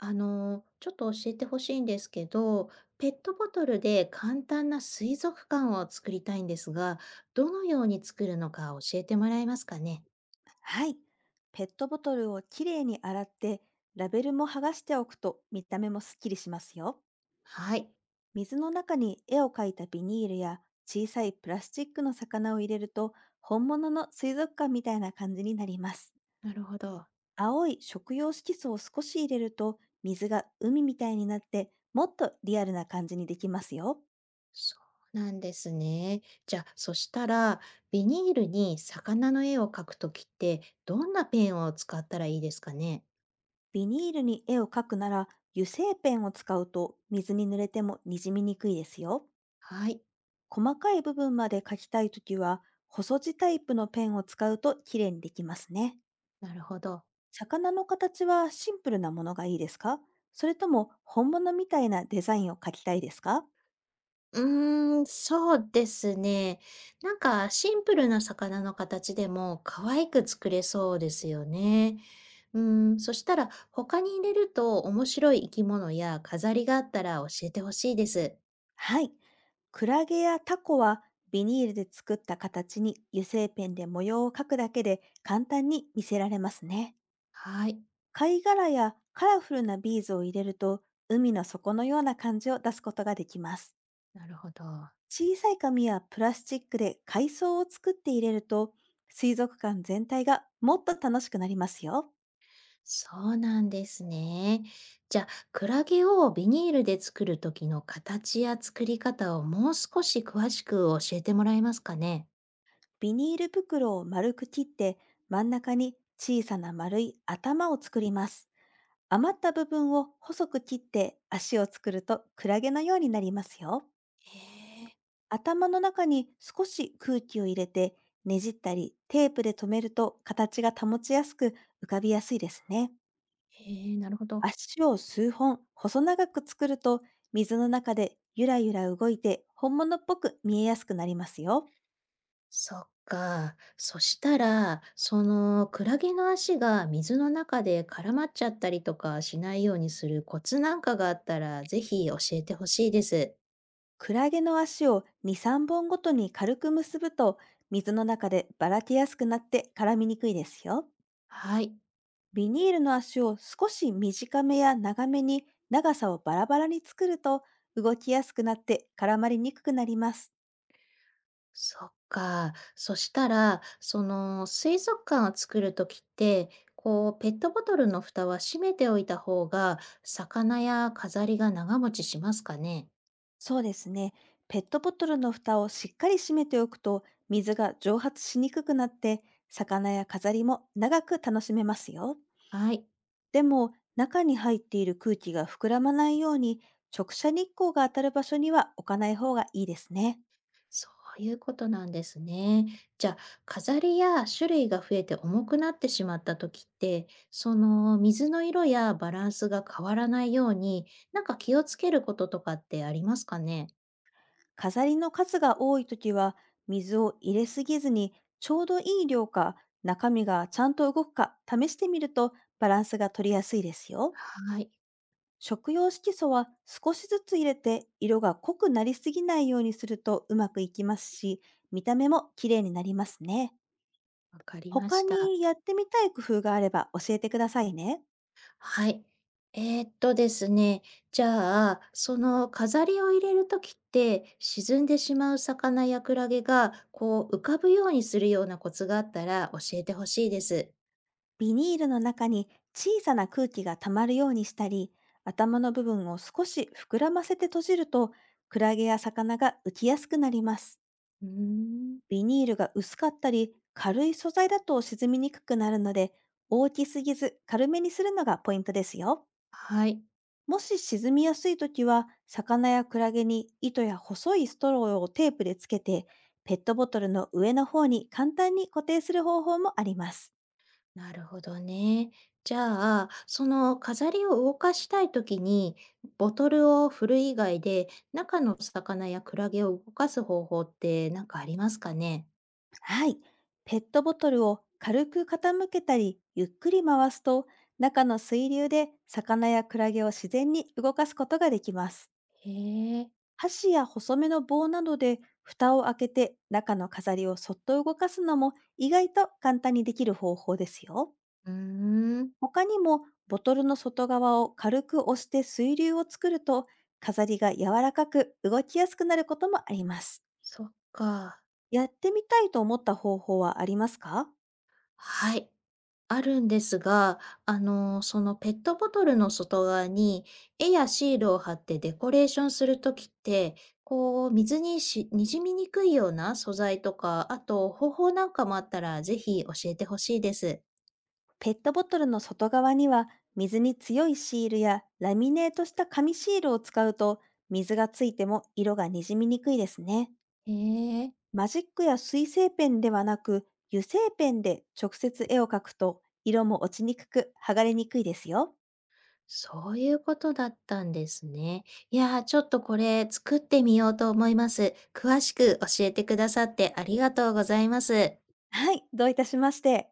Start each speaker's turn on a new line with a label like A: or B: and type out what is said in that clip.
A: ちょっと教えてほしいんですけど、ペットボトルで簡単な水族館を作りたいんですが、どのように作るのか教えてもらえますかね。
B: はい。ペットボトルをきれいに洗って、ラベルも剥がしておくと見た目もすっきりしますよ。
A: はい。
B: 水の中に絵を描いたビニールや小さいプラスチックの魚を入れると、本物の水族館みたいな感じになります。
A: なるほど。
B: 青い食用色素を少し入れると、水が海みたいになって、もっとリアルな感じにできますよ。
A: そうなんですね。じゃあ、そしたら、ビニールに魚の絵を描くときって、どんなペンを使ったらいいですかね。
B: ビニールに絵を描くなら、油性ペンを使うと水に濡れてもにじみにくいですよ。
A: はい。
B: 細かい部分まで描きたいときは、細字タイプのペンを使うと綺麗にできますね。
A: なるほど。
B: 魚の形はシンプルなものがいいですか、それとも本物みたいなデザインを描きたいですか？
A: うーん、そうですね。なんかシンプルな魚の形でも可愛く作れそうですよね。うーん、そしたら他に入れると面白い生き物や飾りがあったら教えてほしいです。
B: はい。クラゲやタコは、ビニールで作った形に油性ペンで模様を描くだけで簡単に見せられますね。
A: はい、
B: 貝殻やカラフルなビーズを入れると、海の底のような感じを出すことができます。
A: なるほど。
B: 小さい紙やプラスチックで海藻を作って入れると、水族館全体がもっと楽しくなりますよ。
A: そうなんですね。じゃあ、クラゲをビニールで作る時の形や作り方をもう少し詳しく教えてもらえますかね。
B: ビニール袋を丸く切って、真ん中に小さな丸い頭を作ります。余った部分を細く切って足を作るとクラゲのようになりますよ。
A: へ
B: 頭の中に少し空気を入れて、ねじったりテープで留めると形が保ちやすく、浮かびやすいですね。
A: え、へえ、なるほど。
B: 足を数本細長く作ると、水の中でゆらゆら動いて本物っぽく見えやすくなりますよ。
A: そっか。そしたら、そのクラゲの足が水の中で絡まっちゃったりとかしないようにするコツなんかがあったら、ぜひ教えてほしいです。
B: クラゲの足を2、3本ごとに軽く結ぶと、水の中でばらけやすくなって絡みにくいですよ。
A: はい。
B: ビニールの足を少し短めや長めに長さをバラバラに作ると、動きやすくなって絡まりにくくなります。
A: そっか。そしたら、その水族館を作るときって、こう、ペットボトルの蓋は閉めておいた方が、魚や飾りが長持ちしますかね。
B: そうですね。ペットボトルの蓋をしっかり閉めておくと、水が蒸発しにくくなって、魚や飾りも長く楽しめますよ。
A: はい。
B: でも、中に入っている空気が膨らまないように、直射日光が当たる場所には置かない方がいいですね。
A: そういうことなんですね。じゃあ、飾りや種類が増えて重くなってしまった時って、その水の色やバランスが変わらないように、なんか気をつけることとかってありますかね？
B: 飾りの数が多いときは、水を入れすぎずに、ちょうどいい量か、中身がちゃんと動くか試してみるとバランスが取りやすいですよ。
A: はい、
B: 食用色素は少しずつ入れて色が濃くなりすぎないようにするとうまくいきますし、見た目も綺麗になりますね。
A: わかりま
B: 他
A: した。
B: にやってみたい工夫があれば教えてくださいね。
A: はい。ですね、じゃあ、その飾りを入れる時って、沈んでしまう魚やクラゲが、こう浮かぶようにするようなコツがあったら教えてほしいです。
B: ビニールの中に小さな空気が溜まるようにしたり、頭の部分を少し膨らませて閉じると、クラゲや魚が浮きやすくなります。
A: うーん。
B: ビニールが薄かったり、軽い素材だと沈みにくくなるので、大きすぎず軽めにするのがポイントですよ。
A: はい。
B: もし沈みやすいときは、魚やクラゲに糸や細いストローをテープでつけて、ペットボトルの上の方に簡単に固定する方法もあります。
A: なるほどね。じゃあ、その飾りを動かしたいときに、ボトルを振る以外で、中の魚やクラゲを動かす方法って何かありますかね？
B: はい。ペットボトルを軽く傾けたり、ゆっくり回すと、中の水流で魚やクラゲを自然に動かすことができます。
A: へえ。
B: 箸や細めの棒などで蓋を開けて中の飾りをそっと動かすのも、意外と簡単にできる方法ですよ。
A: うーん、
B: 他にも、ボトルの外側を軽く押して水流を作ると、飾りが柔らかく動きやすくなることもあります。
A: そっか。
B: やってみたいと思った方法はありますか？
A: はい。あるんですが、そのペットボトルの外側に絵やシールを貼ってデコレーションするときって、こう、水にし、にじみにくいような素材とか、あと方法なんかもあったらぜひ教えてほしいです。
B: ペットボトルの外側には、水に強いシールやラミネートした紙シールを使うと、水がついても色がにじみにくいですね。
A: へえ、
B: マジックや水性ペンではなく、油性ペンで直接絵を描くと色も落ちにくく剥がれにくいですよ。
A: そういうことだったんですね。いやー、ちょっとこれ作ってみようと思います。詳しく教えてくださってありがとうございます。
B: はい、どういたしまして。